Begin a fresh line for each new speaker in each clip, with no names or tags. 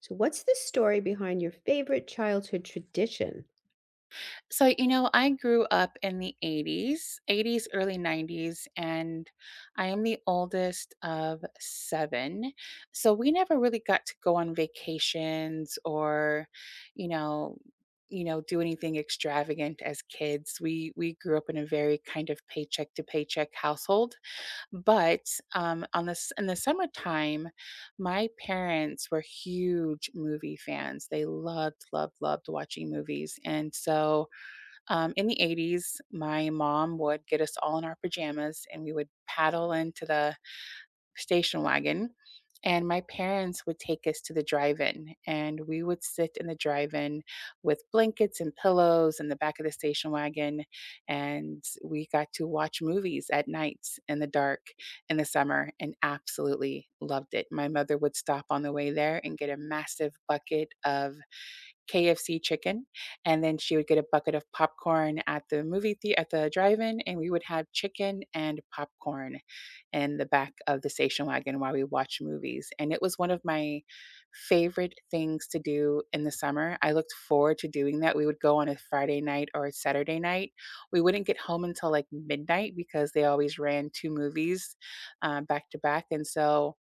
So, what's the story behind your favorite childhood tradition?
So, you know, I grew up in the 80s, 80s, early 90s, and I am the oldest of seven. So, we never really got to go on vacations or, you know, you know, do anything extravagant as kids. We grew up in a very kind of paycheck to paycheck household, but on this in the summertime my parents were huge movie fans. They loved watching movies. And so in the 80s, my mom would get us all in our pajamas and we would paddle into the station wagon. And my parents would take us to the drive in, and we would sit in the drive in with blankets and pillows in the back of the station wagon. And we got to watch movies at night in the dark in the summer and absolutely loved it. My mother would stop on the way there and get a massive bucket of KFC chicken, and then she would get a bucket of popcorn at the at the drive-in, and we would have chicken and popcorn in the back of the station wagon while we watched movies, and it was one of my favorite things to do in the summer. I looked forward to doing that. We would go on a Friday night or a Saturday night. We wouldn't get home until, like, midnight because they always ran 2 movies, back to back, and so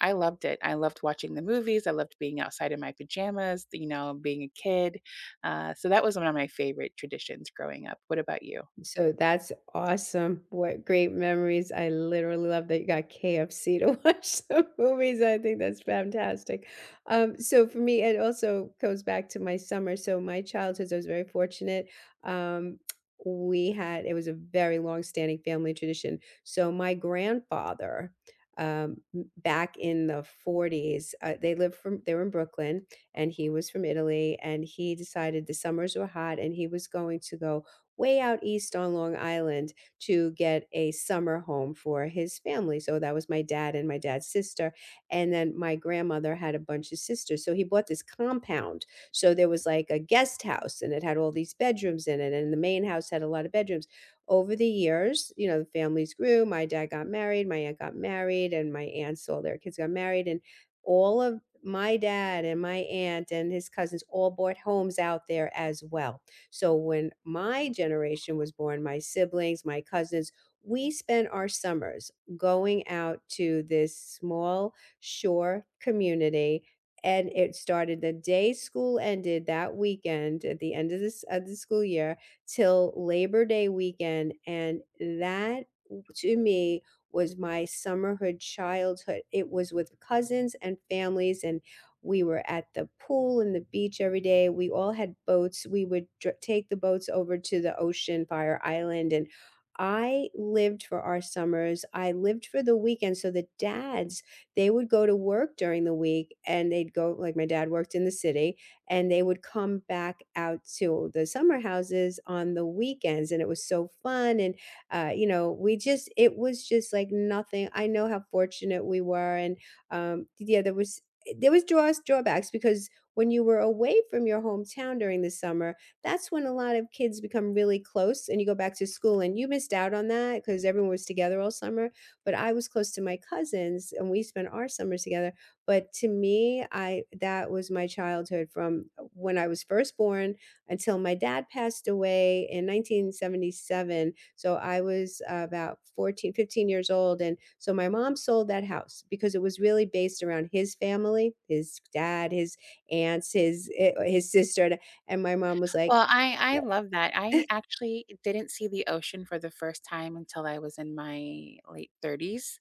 I loved it. I loved watching the movies. I loved being outside in my pajamas, you know, being a kid. So that was one of my favorite traditions growing up. What about you?
So that's awesome. What great memories. I literally love that you got KFC to watch some movies. I think that's fantastic. So for me, it also goes back to my summer. So my childhood, I was very fortunate. Um, we had, it was a very long-standing family tradition. So my grandfather, back in the 40s, they lived from, they were in Brooklyn, and he was from Italy, and he decided the summers were hot and he was going to go way out east on Long Island to get a summer home for his family. So that was my dad and my dad's sister. And then my grandmother had a bunch of sisters. So he bought this compound. So there was like a guest house and it had all these bedrooms in it. And the main house had a lot of bedrooms. Over the years, you know, the families grew. My dad got married, my aunt got married, and my aunts, all their kids got married. And all of my dad and my aunt and his cousins all bought homes out there as well. So when my generation was born, my siblings, my cousins, we spent our summers going out to this small shore community. And it started the day school ended that weekend at the end of this of the school year till Labor Day weekend. And to me was my summerhood childhood. It was with cousins and families. And we were at the pool and the beach every day. We all had boats. We would take the boats over to the ocean, Fire Island, and I lived for our summers. I lived for the weekends. So the dads, they would go to work during the week and they'd go, like my dad worked in the city, and they would come back out to the summer houses on the weekends. And it was so fun. We just, it was just like nothing. I know how fortunate we were. And yeah, there was draws drawbacks because when you were away from your hometown during the summer, that's when a lot of kids become really close and you go back to school and you missed out on that because everyone was together all summer. But I was close to my cousins and we spent our summers together. But to me, I that was my childhood from when I was first born until my dad passed away in 1977. So I was about 14, 15 years old. And so my mom sold that house because it was really based around his family, his dad, his aunts, his sister. And my mom was like,
Well, I
"No."
love that. I actually didn't see the ocean for the first time until I was in my late 30s,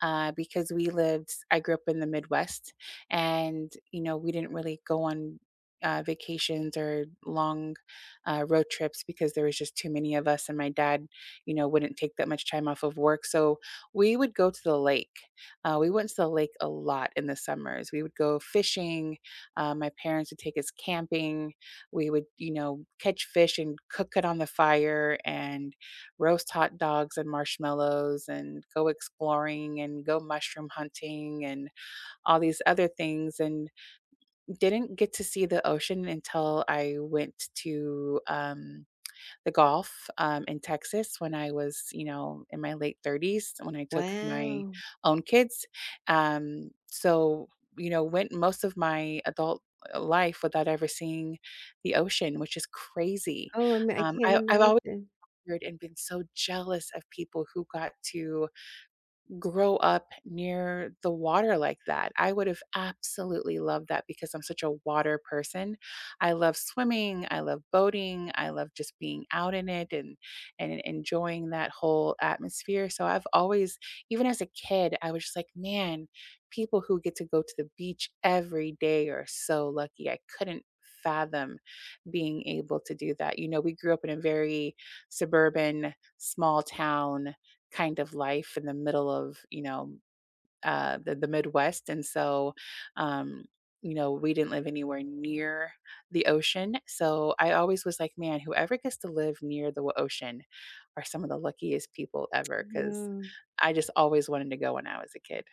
because we lived I grew up in the Midwest, and, you know, we didn't really go on, vacations or long, road trips because there was just too many of us, and my dad, you know, wouldn't take that much time off of work, so we would go to the lake. We went to the lake a lot in the summers. We would go fishing, my parents would take us camping, we would, you know, catch fish and cook it on the fire and roast hot dogs and marshmallows and go exploring and go mushroom hunting and all these other things, and didn't get to see the ocean until I went to the golf, in Texas when I was, you know, in my late 30s when I took my
Wow.
own kids. Um, so, you know, went most of my adult life without ever seeing the ocean, which is crazy.
Oh, I
Um,
can't
I, I've always
imagine.
heard and been so jealous of people who got to grow up near the water like that. I would have absolutely loved that because I'm such a water person. I love swimming, I love boating, I love just being out in it and enjoying that whole atmosphere. So I've always, even as a kid, I was just like, man, people who get to go to the beach every day are so lucky. I couldn't fathom being able to do that. You know, we grew up in a very suburban small town kind of life in the middle of, you know, the Midwest. And so, um, you know, we didn't live anywhere near the ocean. So I always was like, man, whoever gets to live near the ocean are some of the luckiest people ever. Cause
No.
I just always wanted to go when I was a kid.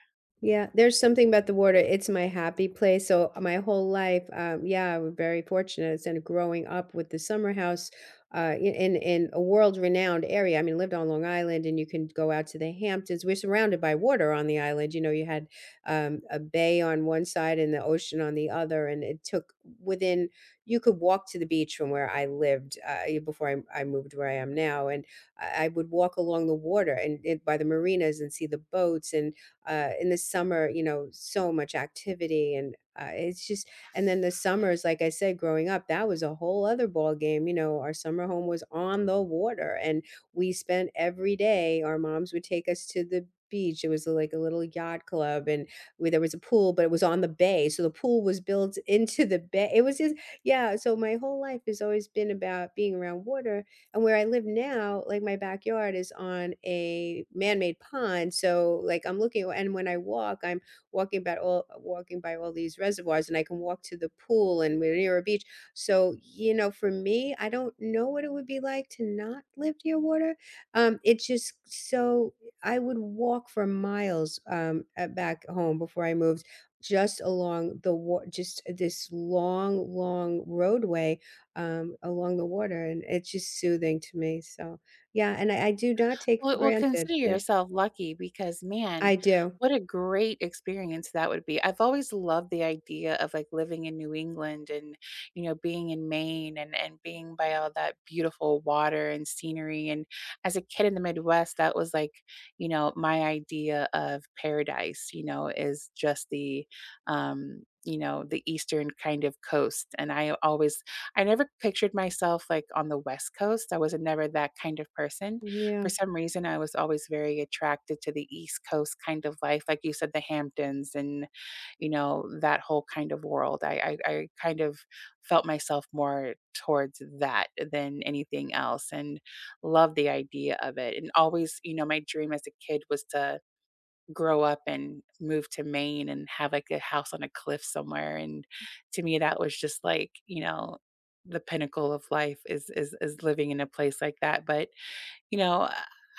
Yeah, there's something about the water. It's my happy place. So my whole life, yeah, we're very fortunate. And growing up with the summer house, in a world renowned area. I mean, lived on Long Island, and you can go out to the Hamptons. We're surrounded by water on the island. You know, you had a bay on one side and the ocean on the other, and it took within, you could walk to the beach from where I lived before I moved where I am now, and I would walk along the water and by the marinas and see the boats and in the summer, you know, so much activity and it's just and then the summers, like I said, growing up, that was a whole other ball game. You know, our summer home was on the water, and we spent every day. Our moms would take us to the beach. It was like a little yacht club, and we, there was a pool, but it was on the bay, so the pool was built into the bay. It was just yeah. So my whole life has always been about being around water, and where I live now, like my backyard is on a man-made pond. So like I'm looking and when I walk, I'm walking by all these reservoirs and I can walk to the pool and we're near a beach. So, you know, for me, I don't know what it would be like to not live near water. It's just so I would walk for miles back home before I moved just along the just this long roadway along the water, and it's just soothing to me, so yeah, and I do not take for
Well,
granted,
consider
yeah.
yourself lucky because, man,
I do.
what a great experience that would be. I've always loved the idea of, like, living in New England and, you know, being in Maine and being by all that beautiful water and scenery, and as a kid in the Midwest, that was, like, you know, my idea of paradise, you know, is just the, you know, the eastern kind of coast, and I never pictured myself, like, on the West Coast. I was never that kind of person. For
Yeah.
some reason, I was always very attracted to the East Coast kind of life, like you said, the Hamptons and, you know, that whole kind of world. I kind of felt myself more towards that than anything else and loved the idea of it. And always, you know, my dream as a kid was to grow up and move to Maine and have like a house on a cliff somewhere. And to me, that was just like, you know, the pinnacle of life is living in a place like that. But you know,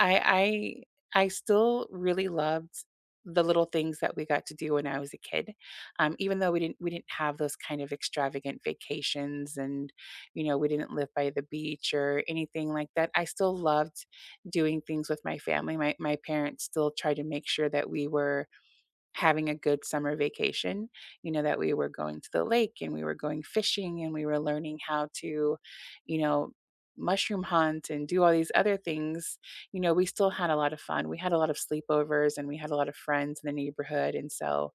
I I still really loved the little things that we got to do when I was a kid. Even though we didn't have those kind of extravagant vacations and, you know, we didn't live by the beach or anything like that, I still loved doing things with my family. My parents still tried to make sure that we were having a good summer vacation, you know, that we were going to the lake and we were going fishing and we were learning how to, you know, mushroom hunt and do all these other things. You know, we still had a lot of fun. We had a lot of sleepovers and we had a lot of friends in the neighborhood. And so,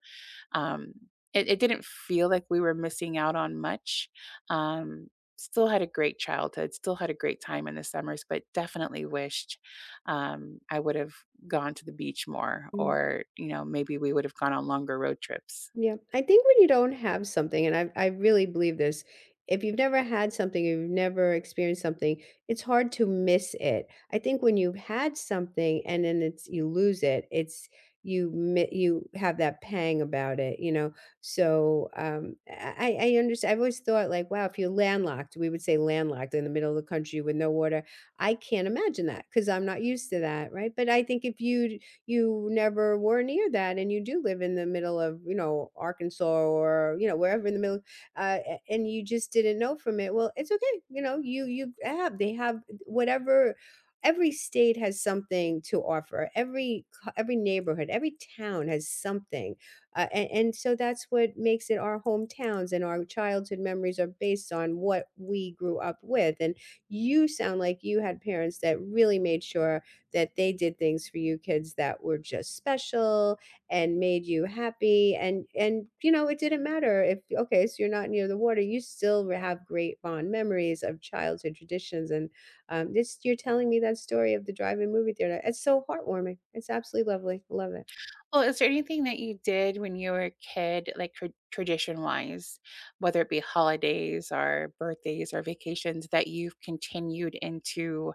um, it didn't feel like we were missing out on much. Um, Still had a great childhood, still had a great time in the summers, but definitely wished I would have gone to the beach more,
Mm.
or, you know, maybe we would have gone on longer road trips.
Yeah, I think when you don't have something, and I really believe this, if you've never had something, you've never experienced something, it's hard to miss it. I think when you've had something and then it's you lose it, it's you have that pang about it, you know. So I I understand. I've always thought like, wow, if you're landlocked, we would say landlocked in the middle of the country with no water. I can't imagine that because I'm not used to that, right? But I think if you, you never were near that and you do live in the middle of, you know, arkansas or you know wherever in the middle, and you just didn't know from it, well, it's okay, you know, you have, they have whatever, every state has something to offer, every neighborhood, every town has something, and, so that's what makes it, our hometowns and our childhood memories are based on what we grew up with, and you sound like you had parents that really made sure that they did things for you kids that were just special and made you happy, and you know it didn't matter if okay so you're not near the water, you still have great fond memories of childhood traditions and this you're telling me that story of the drive-in movie theater, it's so heartwarming, it's absolutely lovely, I love it.
Well, is there anything that you did when you were a kid, like tradition wise, whether it be holidays or birthdays or vacations, that you've continued into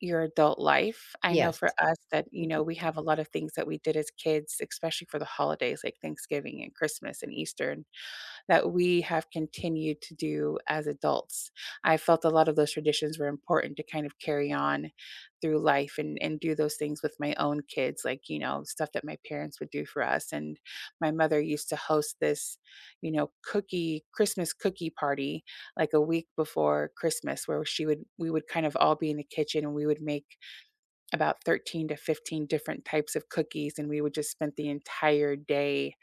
your adult life? I know
Yes.
for us that, you
Mhm.
know, we have a lot of things that we did as kids, especially for the holidays like Thanksgiving and Christmas and Easter. And that we have continued to do as adults. I felt a lot of those traditions were important to kind of carry on through life and do those things with my own kids, like, you know, stuff that my parents would do for us. And my mother used to host this, you know, cookie Christmas cookie party like a week before Christmas, where she would we would kind of all be in the kitchen and we would make about 13 to 15 different types of cookies, and we would just spend the entire day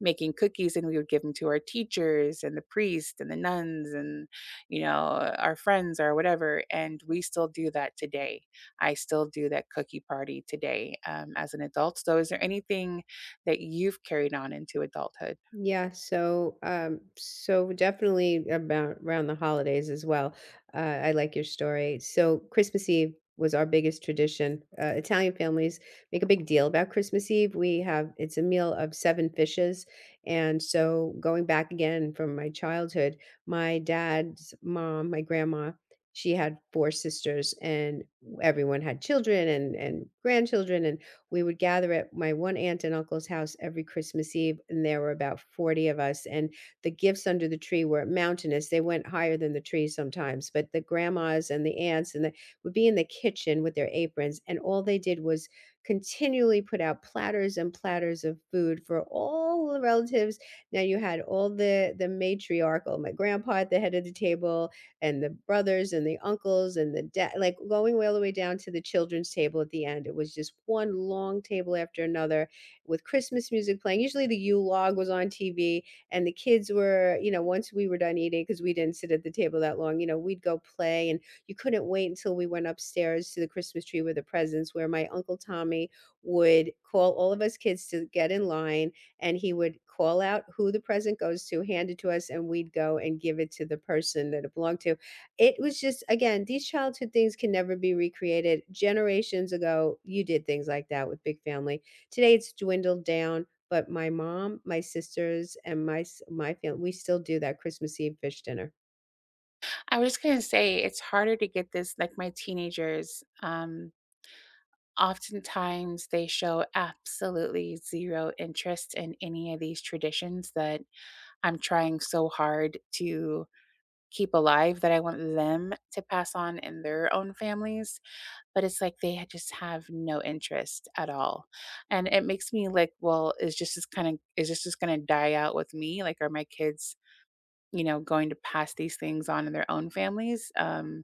making cookies, and we would give them to our teachers and the priest and the nuns and, you know, our friends or whatever. And we still do that today. I still do that cookie party today, as an adult. So is there anything that you've carried on into adulthood?
Yeah, so, definitely about around the holidays as well. I like your story. So Christmas Eve was our biggest tradition. Italian families make a big deal about Christmas Eve. We have, it's a meal of 7 fishes, and so going back again from my childhood, my dad's mom, my grandma, she had 4 sisters, and everyone had children and grandchildren, and we would gather at my one aunt and uncle's house every Christmas Eve, and there were about 40 of us. And the gifts under the tree were mountainous. They went higher than the tree sometimes, but the grandmas and the aunts and the would be in the kitchen with their aprons, and all they did was continually put out platters and platters of food for all the relatives. Now you had all the matriarchal, my grandpa at the head of the table, and the brothers and the uncles and the dad, like going all the way down to the children's table at the end. It was just one long table after another with Christmas music playing. Usually the U log was on TV, and the kids were, you know, once we were done eating, because we didn't sit at the table that long, you know, we'd go play, and you couldn't wait until we went upstairs to the Christmas tree with the presents, where my uncle Tommy would call all of us kids to get in line and he would call out who the present goes to, hand it to us, and we'd go and give it to the person that it belonged to. It was just, again, these childhood things can never be recreated. Generations ago, you did things like that with big family. Today, it's dwindled down. But my mom, my sisters, and my family, we still do that Christmas Eve fish dinner.
I was just going to say it's harder to get this, like, my teenagers, oftentimes they show absolutely zero interest in any of these traditions that I'm trying so hard to keep alive, that I want them to pass on in their own families, but it's like they ha just have no interest at all. And it makes me like, "Well, is this just gonna die out with me? Like, are my kids, you know, going to pass these things on in their own families?"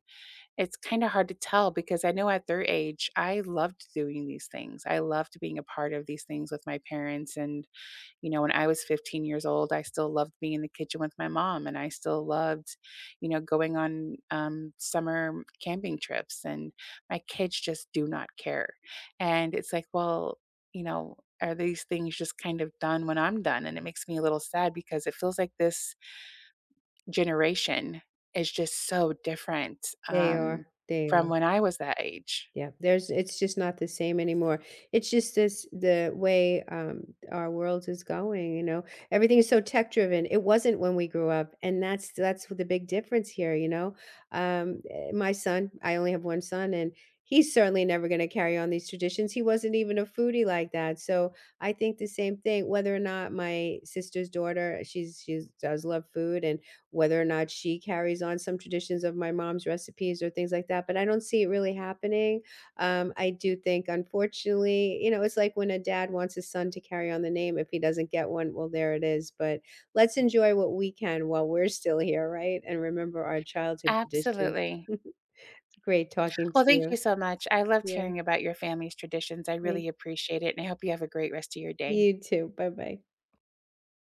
It's kinda hard to tell because I know at their age, I loved doing these things. I loved being a part of these things with my parents. And you know, when I was 15 years old, I still loved being in the kitchen with my mom, and I still loved, you know, going on summer camping trips. And my kids just do not care. And it's like, well, you know, are these things just kind of done when I'm done? And it makes me a little sad because it feels like this generation is just so different,
They
um,
are. They
from
are.
when I was that age.
Yeah, there's it's just not the same anymore. It's just this the way our world is going, you know. Everything is so tech driven. It wasn't when we grew up, and that's the big difference here, you know. My son, I only have one son and he's certainly never going to carry on these traditions. He wasn't even a foodie like that. So I think the same thing whether or not my sister's daughter, she does love food and whether or not she carries on some traditions of my mom's recipes or things like that, but I don't see it really happening. I do think, unfortunately, you know, it's like when a dad wants his son to carry on the name. If he doesn't get one, well, there it is. But let's enjoy what we can while we're still here, right? And remember our childhood traditions.
Absolutely.
Great talking to
Well, thank
you.
you so much. I loved
Yeah.
hearing about your family's traditions. I really
Thank
appreciate it, and I hope you have a great rest of your day.
you too. Bye bye.